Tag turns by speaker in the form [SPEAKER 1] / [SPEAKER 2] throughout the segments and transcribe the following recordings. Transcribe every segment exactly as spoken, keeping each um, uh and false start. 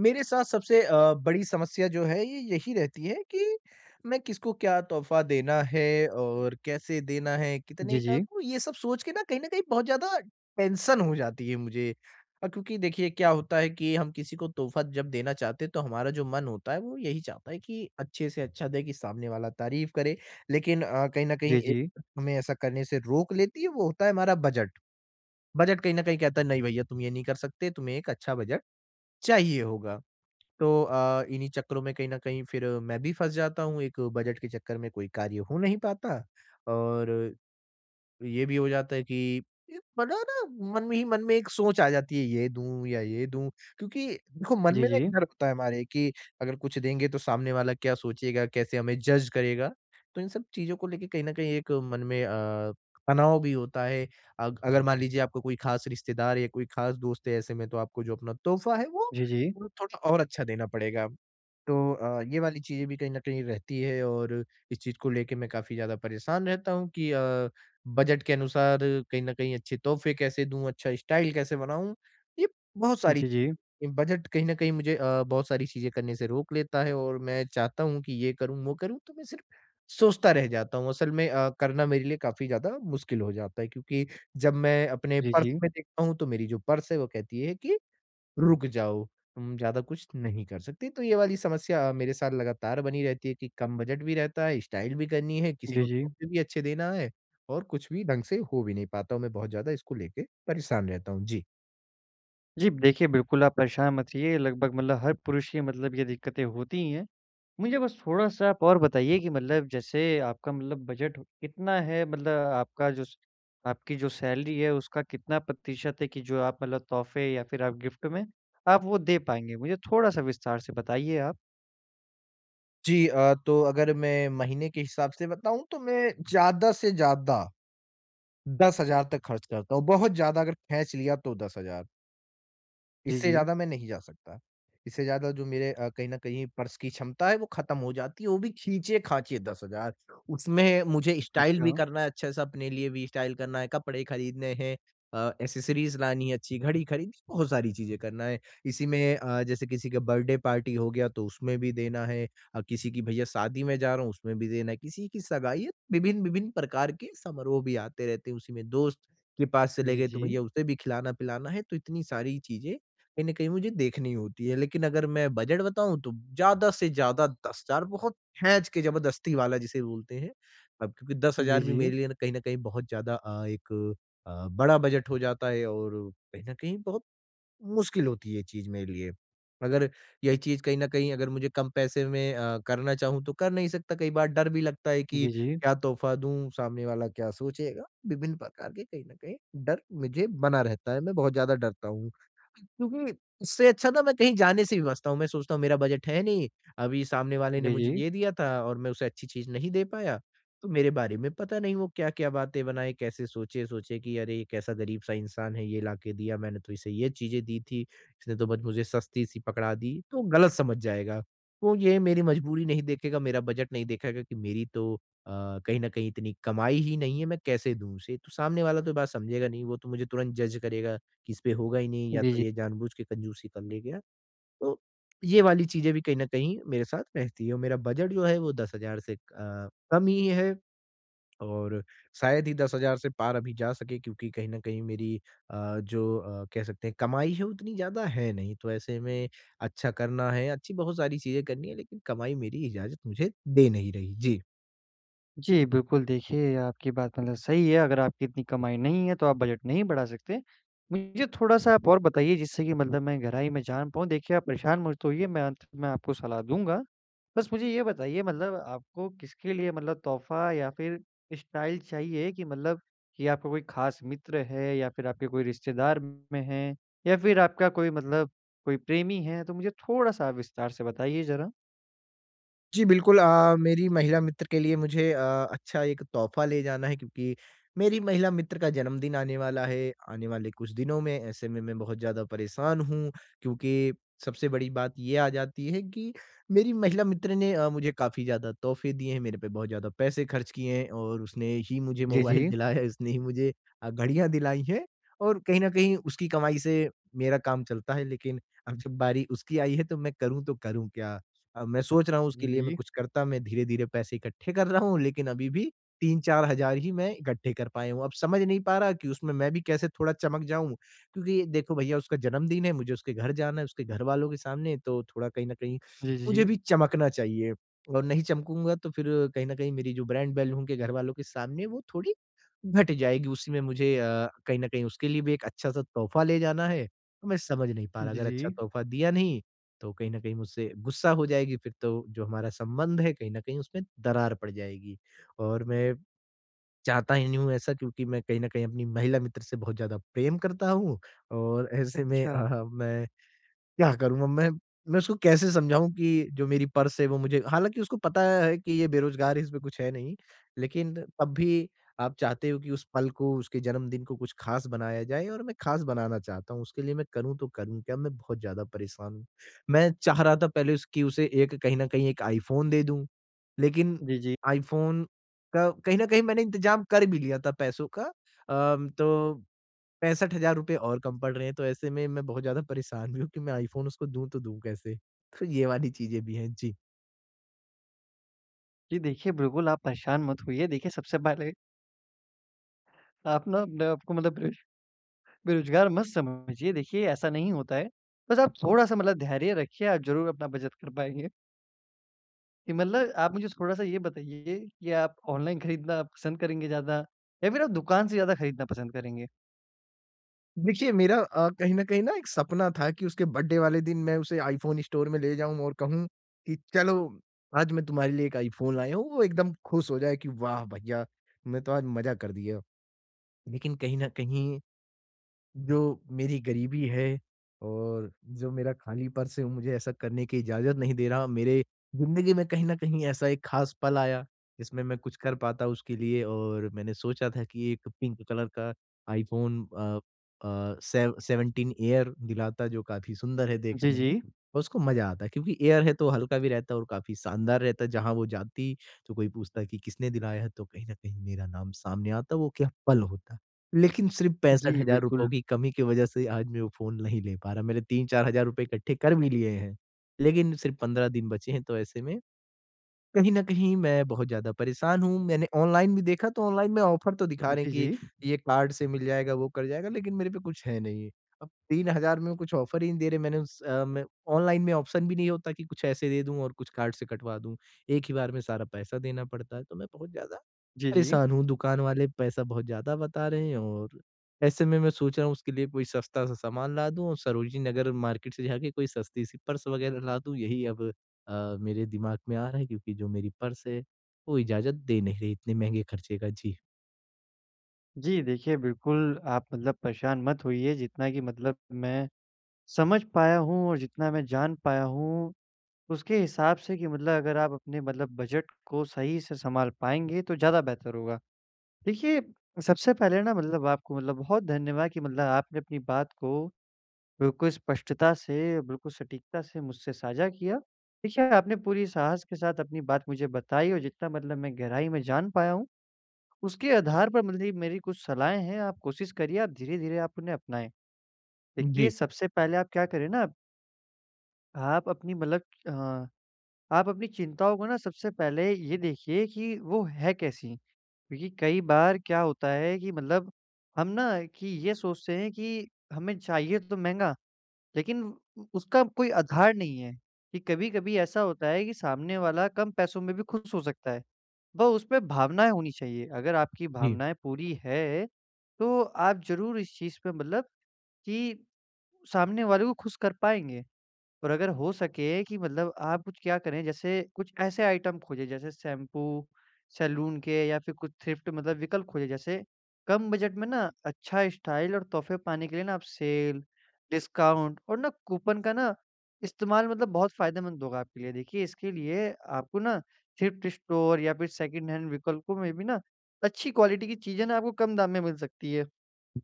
[SPEAKER 1] मेरे साथ सबसे अ, बड़ी समस्या जो है ये यही रहती है कि मैं किसको क्या तोहफ़ा देना है और कैसे देना है,
[SPEAKER 2] जी,
[SPEAKER 1] कितने का?
[SPEAKER 2] जी।
[SPEAKER 1] तो ये सब सोच के ना कहीं न कहीं बहुत ज़्यादा टेंशन हो जाती है मुझे। अ, क्योंकि देखिए क्या होता है कि हम किसी को तोहफ़ा जब देना चाहते हैं तो हमारा जो मन होता है वो यही चाहता है कि अच्छे से अच्छा दें कि सामने वाला तारीफ़ करे। लेकिन अ, कहीं न कहीं
[SPEAKER 2] जी, जी।
[SPEAKER 1] एक हमें ऐसा करने से रोक लेती है वो होता है हमारा बजट। बजट कहीं न कहीं कहता है, नहीं भैया तुम ये नहीं कर सकते, तुम्हें एक अच्छा बजट चाहिए होगा। तो अ, इन्हीं चक्करों में कहीं न कहीं फिर मैं भी फँस जाता हूँ, एक बजट के चक्कर में कोई कार्य हो नहीं पाता और ये भी हो जाता है कि ये बड़ा ना मन में ही मन में एक सोच आ जाती है, ये दूँ या ये दूँ? क्योंकि देखो, मन
[SPEAKER 2] जी,
[SPEAKER 1] में ना एक
[SPEAKER 2] जी।
[SPEAKER 1] डर होता है हमारे कि अगर कुछ देंगे तो सामने वाला क्या सोचेगा? कैसे हमें जज करेगा? तो इन सब चीज़ों को लेके कहीं न कहीं एक मन में अ, तनाव भी होता है। अग अगर मान लीजिए आपका कोई ख़ास रिश्तेदार या कोई ख़ास दोस्त है, ऐसे में तो आपको जो अपना तोहफ़ा है, वो
[SPEAKER 2] जी, जी।
[SPEAKER 1] वो थोड़ा और अच्छा देना पड़ेगा। तो अ, ये वाली चीज़ें भी कहीं न कहीं रहती है और इस चीज़ को लेके मैं काफ़ी ज़्यादा परेशान रहता हूँ कि अ, बजट के अनुसार कहीं न कहीं अच्छे तोहफ़े कैसे दूँ, अच्छा स्टाइल कैसे बनाऊँ? ये बहुत सारी
[SPEAKER 2] जी,
[SPEAKER 1] चीज़-
[SPEAKER 2] जी।
[SPEAKER 1] ये बजट कहीं न कहीं मुझे अ, बहुत सारी चीज़ें करने से रोक लेता है और मैं चाहता हूँ कि ये करूँ, वो करूँ, तो मैं सिर्फ़ सोचता रह जाता हूँ। असल में अ, करना मेरे लिए काफ़ी ज़्यादा मुश्किल हो जाता है, क्योंकि जब मैं अपने
[SPEAKER 2] जी,
[SPEAKER 1] पर्स
[SPEAKER 2] जी।
[SPEAKER 1] में देखता हूँ, तो मेरी जो पर्स है, वो कहती है कि रुक जाओ, तुम ज़्यादा कुछ नहीं कर सकते। तो ये वाली समस्या मेरे साथ लगातार बनी रहती है कि कम बजट भी रहता है, स्टाइल भी करनी है, किसी
[SPEAKER 2] जी,
[SPEAKER 1] को
[SPEAKER 2] जी।
[SPEAKER 1] तोहफ़े भी अच्छे देना है और कुछ भी ढंग से हो भी नहीं पाता हूँ। मैं बहुत ज़्यादा इसको लेके परेशान रहता हूँ। जी।
[SPEAKER 2] जी, देखिए बिल्कुल आप परेशान मत होइए, लगभग मतलब हर पुरुष की मतलब ये दिक्कतें होती ही हैं। मुझे बस थोड़ा-सा आप और बताइए कि मतलब जैसे आपका मतलब बजट कितना है? मतलब आपका जो स आपकी जो सैलरी है उसका कितना प्रतिशत है कि जो आप मतलब तोहफ़े या फिर आप गिफ्ट में आप वो दे पाएँगे? मुझे थोड़ा-सा विस्तार से बताइए आप।
[SPEAKER 1] जी, अ, तो अगर मैं महीने के हिसाब से बताऊँ तो मैं ज़्यादा से ज़्यादा दस हज़ार तक खर्च करता हूँ। बहुत ज़्यादा अगर खींच लिया तो दस हज़ार,
[SPEAKER 2] जी,
[SPEAKER 1] इससे
[SPEAKER 2] जी।
[SPEAKER 1] ज़्यादा मैं नहीं जा सकता। इससे ज़्यादा जो मेरे अ, कहीं न कहीं पर्स की क्षमता है वो ख़त्म हो जाती है, वो भी खींचे-खाचे दस हज़ार। उसमें मुझे
[SPEAKER 2] अच्छा,
[SPEAKER 1] स्टाइल
[SPEAKER 2] अच्छा।
[SPEAKER 1] भी करना है, अच्छा-सा अपने लिए भी स्टाइल करना है, कपड़े खरीदने हैं, अ, एक्सेसरीज़ लानी है अच्छी, घड़ी खरीदनी, बहुत सारी चीज़ें करना है। इसी में अ, जैसे किसी का बर्थडे पार्टी हो गया तो उसमें भी देना है, अ, किसी की भैया शादी में जा रहा हूँ उसमें भी देना है, किसी की सगाई है, विभिन्न-विभिन्न प्रकार के समारोह भी आते रहते हैं। उसी में दोस्त के पास चले
[SPEAKER 2] जी,
[SPEAKER 1] गए तो
[SPEAKER 2] जी।
[SPEAKER 1] भैया उसे भी खिलाना-पिलाना है, तो इतनी सारी चीज़ें कहीं न कहीं मुझे देखनी होती है। लेकिन अगर मैं बजट बताऊँ तो ज़्यादा से ज़्यादा दस हज़ार, बहुत खींच के ज़बरदस्ती वाला जिसे बोलते हैं। अब क्योंकि
[SPEAKER 2] जी,
[SPEAKER 1] दस हज़ार भी
[SPEAKER 2] जी।
[SPEAKER 1] मेरे लिए ना कहीं न कहीं बहुत ज़्यादा अ, एक अ, बड़ा बजट हो जाता है और कहीं न कहीं बहुत मुश्किल होती है ये चीज़ मेरे लिए। अगर यही चीज़ कहीं न कहीं अगर मुझे कम पैसे में अ, करना चाहूँ तो कर नहीं सकता, कई बार डर भी लगता है कि
[SPEAKER 2] जी, जी।
[SPEAKER 1] क्या तोहफ़ा दूँ, सामने वाला क्या सोचेगा? विभिन्न प्रकार के कहीं न कहीं डर मुझे बना रहता है, मैं बहुत ज़्यादा डरता हूँ। क्योंकि इससे अच्छा ना मैं कहीं जाने से भी बचता हूँ, मैं सोचता हूँ मेरा बजट है नहीं, अभी सामने वाले ने
[SPEAKER 2] जी,
[SPEAKER 1] मुझे
[SPEAKER 2] जी।
[SPEAKER 1] ये दिया था और मैं उसे अच्छी चीज़ नहीं दे पाया। तो मेरे बारे में पता नहीं वो क्या-क्या बातें बनाए, कैसे सोचे-सोचे कि अरे! ये कैसा गरीब-सा इंसान है, ये लाके दिया, मैंने तो इसे ये चीज़ें दी थी, इसने तो बस मुझे सस्ती-सी पकड़ा दी, तो गलत समझ जाएगा। वो ये मेरी मजबूरी नहीं देखेगा, मेरा बजट नहीं देखेगा कि मेरी तो अ, कहीं न कहीं इतनी कमाई ही नहीं है, मैं कैसे दूँ उसे? तो सामने वाला तो बात समझेगा नहीं, वो तो मुझे तुरंत जज करेगा कि इसपे होगा ही नहीं या
[SPEAKER 2] जी,
[SPEAKER 1] तो
[SPEAKER 2] जी।
[SPEAKER 1] ये जानबूझ के कंजूसी कर ले गया। तो ये वाली चीज़ें भी कहीं न कहीं मेरे साथ रहती है और मेरा बजट जो है वो दस हज़ार से अ, कम ही है। और शायद ही दस हज़ार से पार अभी जा सके, क्योंकि कहीं न कहीं मेरी अ, जो अ, कह सकते हैं कमाई है उतनी ज़्यादा है नहीं। तो ऐसे में अच्छा करना है, अच्छी बहुत सारी चीज़ें करनी है, लेकिन कमाई मेरी इजाज़त मुझे दे नहीं रही। जी।
[SPEAKER 2] जी, बिल्कुल, देखिए आपकी बात मतलब सही है, अगर आपकी इतनी कमाई नहीं है तो आप बजट नहीं बढ़ा सकते। मुझे थोड़ा-सा आप और बताइए जिससे कि मतलब मैं गहराई में जान पाऊँ। देखिए, आप परेशान मत होइए, मैं अंत में आपको सलाह दूँगा। बस मुझे ये बताइए मतलब आपको किसके लिए मतलब तोहफ़ा या फिर स्टाइल चाहिए कि मतलब कि आपका कोई ख़ास मित्र है या फिर आपके कोई रिश्तेदार में हैं या फिर आपका कोई मतलब कोई प्रेमी है? तो मुझे थोड़ा-सा आप विस्तार से बताइए ज़रा।
[SPEAKER 1] जी, बिल्कुल, अ, मेरी महिला मित्र के लिए मुझे अ, अच्छा एक तोहफ़ा ले जाना है, क्योंकि मेरी महिला मित्र का जन्मदिन आने वाला है, आने वाले कुछ दिनों में। ऐसे में मैं बहुत ज़्यादा परेशान हूँ, क्योंकि सबसे बड़ी बात ये आ जाती है कि मेरी महिला मित्र ने अ, मुझे काफ़ी ज़्यादा तोहफ़े दिए हैं, मेरे पे बहुत ज़्यादा पैसे खर्च किए हैं और उसने ही मुझे
[SPEAKER 2] जी,
[SPEAKER 1] मोबाइल
[SPEAKER 2] जी।
[SPEAKER 1] दिलाया है, उसने ही मुझे अ, घड़ियाँ दिलाई हैं और कहीं न कहीं उसकी कमाई से मेरा काम चलता है, लेकिन अब जब बारी उसकी आई है तो मैं करूँ तो करूँ क्या? अ, मैं सोच रहा हूँ उसके
[SPEAKER 2] जी,
[SPEAKER 1] लिए मैं
[SPEAKER 2] जी।
[SPEAKER 1] कुछ करता, मैं धीरे-धीरे पैसे इकट्ठे कर रहा हूँ, लेकिन अभी भी तीन चार हज़ार ही मैं इकट्ठे कर पाया हूँ। अब समझ नहीं पा रहा कि उसमें मैं भी कैसे थोड़ा चमक जाऊँ, क्योंकि देखो भैया उसका जन्मदिन है, मुझे उसके घर जाना है, उसके घरवालों के सामने तो थोड़ा कहीं न कहीं
[SPEAKER 2] जी,
[SPEAKER 1] मुझे
[SPEAKER 2] जी।
[SPEAKER 1] भी चमकना चाहिए और नहीं चमकूँगा तो फिर कहीं न कहीं मेरी जो ब्रांड वैल्यू उनके घरवालों के सामने वो थोड़ी घट जाएगी। उसी में मुझे अ, कहीं न कहीं उसके लिए भी एक अच्छा-सा तोहफ़ा ले जाना है, तो मैं समझ नहीं पा रहा,
[SPEAKER 2] जी,
[SPEAKER 1] अगर
[SPEAKER 2] जी।
[SPEAKER 1] अच्छा तोहफ़ा दिया नहीं तो कहीं न कहीं मुझसे गुस्सा हो जाएगी, फिर तो जो हमारा संबंध है कहीं न कहीं उसमें दरार पड़ जाएगी। और मैं चाहता ही नहीं हूँ ऐसा, क्योंकि मैं कहीं न कहीं अपनी महिला मित्र से बहुत ज़्यादा प्रेम करता हूँ और ऐसे में
[SPEAKER 2] अच्छा।
[SPEAKER 1] अ, मैं क्या करूँ अब मैं? मैं उसको कैसे समझाऊँ कि जो मेरी पर्स है वो मुझे, हालाँकि उसको पता है कि ये बेरोज़गार है, इसमें कुछ है नहीं, लेकिन तब भी आप चाहते हो कि उस पल को, उसके जन्मदिन को कुछ ख़ास बनाया जाए और मैं ख़ास बनाना चाहता हूँ। उसके लिए मैं करूँ तो करूँ क्या? मैं बहुत ज़्यादा परेशान हूँ। मैं चाह रहा था पहले उस कि उसे एक कहीं न कहीं एक आईफ़ोन दे दूँ, लेकिन
[SPEAKER 2] जी, जी।
[SPEAKER 1] आईफ़ोन का कहीं न कहीं मैंने इंतज़ाम कर भी लिया था पैसों का, अम, तो ₹पैंसठ हज़ार और कम पड़ रहे हैं, तो ऐसे में मैं बहुत ज़्यादा परेशान भी हूँ कि मैं आईफ़ोन उसको दूँ तो दूँ कैसे? तो ये वाली चीज़ें भी हैं। जी।
[SPEAKER 2] जी, देखिए बिल्कुल आप परेशान मत होइए। देखिए, सबसे पहले आप ना अपने आप को मतलब बेरोज बेरोज़गार मत समझिए। देखिए ऐसा नहीं होता है। बस आप थोड़ा-सा मतलब धैर्य रखिए, आप ज़रूर अपना बचत कर पाएँगे। कि मतलब आप मुझे थोड़ा-सा ये बताइए कि आप ऑनलाइन खरीदना पसंद करेंगे ज़्यादा या फिर आप दुकान से ज़्यादा खरीदना पसंद करेंगे?
[SPEAKER 1] देखिए मेरा अ, कहीं न कहीं ना एक सपना था कि उसके बर्थडे वाले दिन मैं उसे आईफ़ोन स्टोर में ले जाऊँ और कहूँ कि चलो, आज मैं तुम्हारे लिए एक आईफ़ोन लाया हूँ। वो एकदम खुश हो जाए कि वाह भैया! तुमने तो आज मज़ा कर दिया। लेकिन कहीं न कहीं जो मेरी गरीबी है और जो मेरा खाली पर्स है, वो मुझे ऐसा करने की इजाज़त नहीं दे रहा। मेरे ज़िंदगी में कहीं न कहीं ऐसा एक ख़ास पल आया जिसमें मैं कुछ कर पाता उसके लिए और मैंने सोचा था कि एक पिंक कलर का iPhone uh uh, seven seventeen air दिलाता, जो काफ़ी सुंदर है
[SPEAKER 2] जी,
[SPEAKER 1] देखने में
[SPEAKER 2] जी।
[SPEAKER 1] और उसको मज़ा आता है, क्योंकि एयर है तो हल्का भी रहता है और काफ़ी शानदार रहता है। जहाँ वो जाती तो कोई पूछता कि किसने दिलाया है, तो कहीं न कहीं मेरा नाम सामने आता, वो क्या पल होता। लेकिन सिर्फ़ पैंसठ
[SPEAKER 2] जी,
[SPEAKER 1] हज़ार रुपयों
[SPEAKER 2] बिल्कुल।
[SPEAKER 1] की कमी की वज़ह से आज मैं वो फ़ोन नहीं ले पा रहा। मैंने तीन चार हज़ार रुपए इकट्ठे कर भी लिए हैं, लेकिन सिर्फ़ पंद्रह दिन बचे हैं, तो ऐसे में कहीं न कहीं मैं बहुत ज़्यादा परेशान हूँ। मैंने ऑनलाइन भी देखा, तो ऑनलाइन में ऑफ़र तो दिखा रहे
[SPEAKER 2] जी,
[SPEAKER 1] हैं कि
[SPEAKER 2] जी।
[SPEAKER 1] ये कार्ड से मिल जाएगा, वो कर जाएगा, लेकिन मेरे पे कुछ है नहीं। अब तीन हज़ार में कुछ ऑफ़र ही नहीं दे रहे। मैंने उस अ, मैं ऑनलाइन में ऑप्शन भी नहीं होता कि कुछ ऐसे दे दूँ और कुछ कार्ड से कटवा दूँ। एक ही बार में सारा पैसा देना पड़ता है, तो मैं बहुत ज़्यादा
[SPEAKER 2] जी, जी।
[SPEAKER 1] परेशान हूँ, दुकान वाले पैसा बहुत ज़्यादा बता रहे हैं और ऐसे में मैं सोच रहा हूँ उसके लिए कोई सस्ता सा सामान ला दूँ और सरोजिनी नगर मार्केट से जाके कोई सस्ती सी पर्स वग़ैरह ला दूँ, यही अब अ, मेरे दिमाग में आ रहा है, क्योंकि जो मेरी पर्स है, वो इजाज़त दे नहीं रही इतने महँगे खर्चे का। जी।
[SPEAKER 2] जी, देखिए बिल्कुल आप मतलब परेशान मत होइए, जितना कि मतलब मैं समझ पाया हूँ और जितना मैं जान पाया हूँ, उसके हिसाब से कि मतलब अगर आप अपने मतलब बजट को सही से सँभाल पाएँगे तो ज़्यादा बेहतर होगा। देखिए, सबसे पहले ना मतलब आपको मतलब बहुत धन्यवाद कि मतलब आपने अपनी बात को बिल्कुल स्पष्टता से, बिल्कुल सटीकता से मुझसे साझा किया। देखिए, आपने पूरी साहस के साथ अपनी बात मुझे बताई और जितना मतलब मैं गहराई में जान पाया हूँ, उसके आधार पर मतलब मेरी कुछ सलाहें हैं, आप कोशिश करिए, आप धीरे-धीरे आप उन्हें अपनाएँ। देखिए,
[SPEAKER 1] जी,
[SPEAKER 2] सबसे पहले आप क्या करें ना, आप अपनी मतलब अ आप अपनी चिंताओं को ना सबसे पहले ये देखिए कि वो है कैसी? क्योंकि कई बार क्या होता है कि मतलब हम ना कि ये सोचते हैं कि हमें चाहिए तो महँगा, लेकिन उ उसका कोई आधार नहीं है, कि कभी-कभी ऐसा होता है कि सामने वाला कम पैसों में भी खुश हो सकता है। वो उसपे भावनाएँ होनी चाहिए, अगर आपकी
[SPEAKER 1] जी,
[SPEAKER 2] भावनाएँ पूरी है, तो आप ज़रूर इस चीज़ पे मतलब कि सामने वाले को खुश कर पाएँगे। और अगर हो सके कि मतलब आप कुछ क्या करें, जैसे कुछ ऐसे आइटम खोजें, जैसे शैम्पू, सैलून के या फिर कुछ थ्रिफ्ट मतलब विकल्प खोजें। जैसे कम बजट में ना अच्छा स्टाइल और तोहफ़े पाने के लिए ना आप सेल, डिस्काउंट और ना कूपन का ना इस्तेमाल मतलब बहुत फ़ायदेमंद होगा आपके लिए। देखिए, इसके लिए आपको ना थ्रिफ्ट स्टोर या फिर सेकंड हैंड विकल्पों में भी ना अच्छी क्वालिटी की चीज़ें ना आपको कम दाम में मिल सकती है।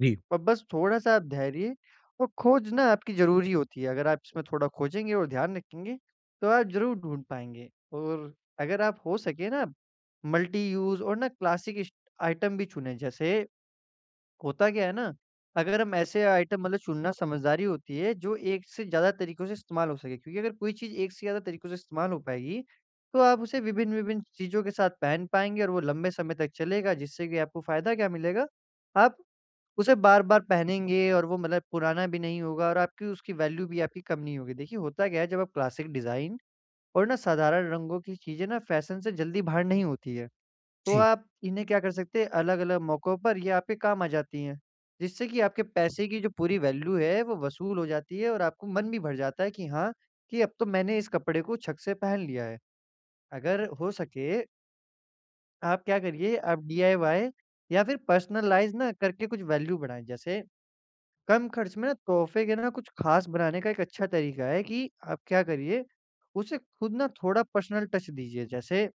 [SPEAKER 1] जी,
[SPEAKER 2] और बस थोड़ा-सा आप धैर्य और खोज ना आपकी ज़रूरी होती है। अगर आप इसमें थोड़ा खोजेंगे और ध्यान रखेंगे, तो आप ज़रूर ढूँढ पाएँगे। और अगर आप हो सके ना मल्टी यूज़ और ना क्लासिक इस्ट आइटम भी चुनें। जैसे होता क्या है ना, अगर हम ऐसे आइटम मतलब चुनना समझदारी होती है जो एक से ज़्यादा तरीकों से इस्तेमाल हो सके। क्योंकि अगर कोई चीज़ एक से ज़्यादा तरीकों से इस्तेमाल हो पाएगी, तो आप उसे विभिन्न-विभिन्न चीज़ों के साथ पहन पाएँगे और वो लंबे समय तक चलेगा, जिससे कि आपको फ़ायदा क्या मिलेगा, आप उसे बार-बार पहनेंगे और वो मतलब पुराना भी नहीं होगा और आपकी उसकी वैल्यू भी आपकी कम नहीं होगी। देखिए होता क्या है, जब आप क्लासिक डिज़ाइन और ना साधारण रंगों की चीज़ें ना फैशन से जल्दी बाहर नहीं होती है। तो
[SPEAKER 1] जी,
[SPEAKER 2] आप इन्हें क्या कर सकते हैं, अलग-अलग मौकों पर ये आपके काम आ जाती हैं। जिससे कि आपके पैसे की जो पूरी वैल्यू है वो वसूल हो जाती है और आपको मन भी भर जाता है कि हाँ, कि अब तो मैंने इस कपड़े को छक से पहन लिया है। अगर हो सके, आप क्या करिए, आप डीआईवाई या फिर पर्सनलाइज़ ना करके कुछ वैल्यू बढ़ाएँ। जैसे कम खर्च में ना तोहफ़े के ना कुछ ख़ास बनाने का एक अच्छा तरीका है कि आप क्या करिए, उसे खुद ना थोड़ा पर्सनल टच दीजिए। जैसे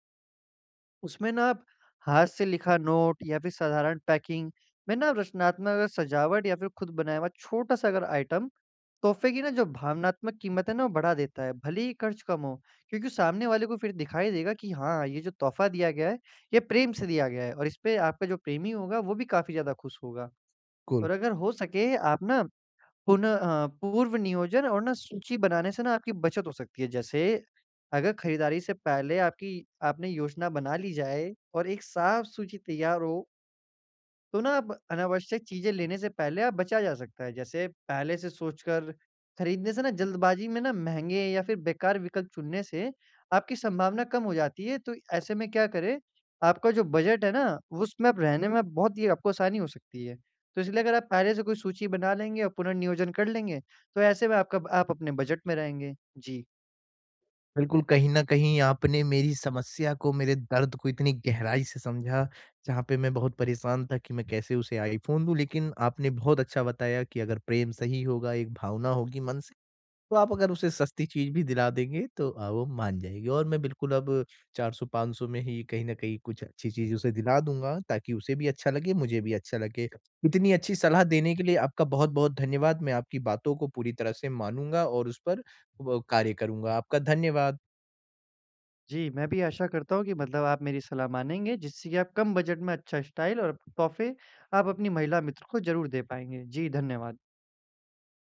[SPEAKER 2] उसमें ना आप हाथ से लिखा नोट या फिर साधारण पैकिंग में ना रचनात्मक अगर सजावट या फिर खुद बनाया हुआ छोटा-सा अगर आइटम तोहफ़े की ना जो भावनात्मक कीमत है ना वो बढ़ा देता है, भले ही खर्च कम हो। क्योंकि सामने वाले को फिर दिखाई देगा कि हाँ, ये जो तोहफ़ा दिया गया है, ये प्रेम से दिया गया है और इस पे आपका जो प्रेमी होगा वो भी काफ़ी ज़्यादा खुश होगा।
[SPEAKER 1] बिल्कुल।
[SPEAKER 2] और अगर हो सके आप ना पुन अ, पूर्व नियोजन और ना सूची बनाने से ना आपकी बचत हो सकती है। जैसे अगर खरीदारी से पहले आपकी आपने योजना बना ली जाए और एक साफ सूची तैयार हो, तो ना अब अनावश्यक चीज़ें लेने से पहले आप बचा जा सकता है। जैसे पहले से सोचकर खरीदने से ना जल्दबाजी में ना महँगे या फिर बेकार विकल्प चुनने से आपकी संभावना कम हो जाती है। तो ऐसे में क्या करें, आपका जो बजट है ना, उसमें आप रहने में बहुत ही आपको आसानी हो सकती है। तो इसलिए अगर आप पहले से कोई सूची बना लेंगे और पुनर्नियोजन कर लेंगे, तो ऐसे में आपका आप अपने बजट में रहेंगे। जी।
[SPEAKER 1] बिल्कुल, कहीं न कहीं आपने मेरी समस्या को, मेरे दर्द को इतनी गहराई से समझा, जहाँ पे मैं बहुत परेशान था कि मैं कैसे उसे आईफ़ोन दूँ। लेकिन आपने बहुत अच्छा बताया कि अगर प्रेम सही होगा, एक भावना होगी मन से, तो आप अगर उसे सस्ती चीज़ भी दिला देंगे, तो अ, वो मान जाएगी। और मैं बिल्कुल अब चार सौ पाँच सौ में ही कहीं न कहीं कुछ अच्छी चीज़ उसे दिला दूँगा, ताकि उसे भी अच्छा लगे, मुझे भी अच्छा लगे। इतनी अच्छी सलाह देने के लिए आपका बहुत-बहुत धन्यवाद। मैं आपकी बातों को पूरी तरह से मानूँगा और उस पर व कार्य करूँगा। आपका धन्यवाद।
[SPEAKER 2] जी, मैं भी आशा करता हूँ कि मतलब आप मेरी सलाह मानेंगे, जिससे कि आप कम बजट में अच्छा स्टाइल और तोहफ़े आप अपनी महिला मित्र को ज़रूर दे पाएँगे। जी, धन्यवाद।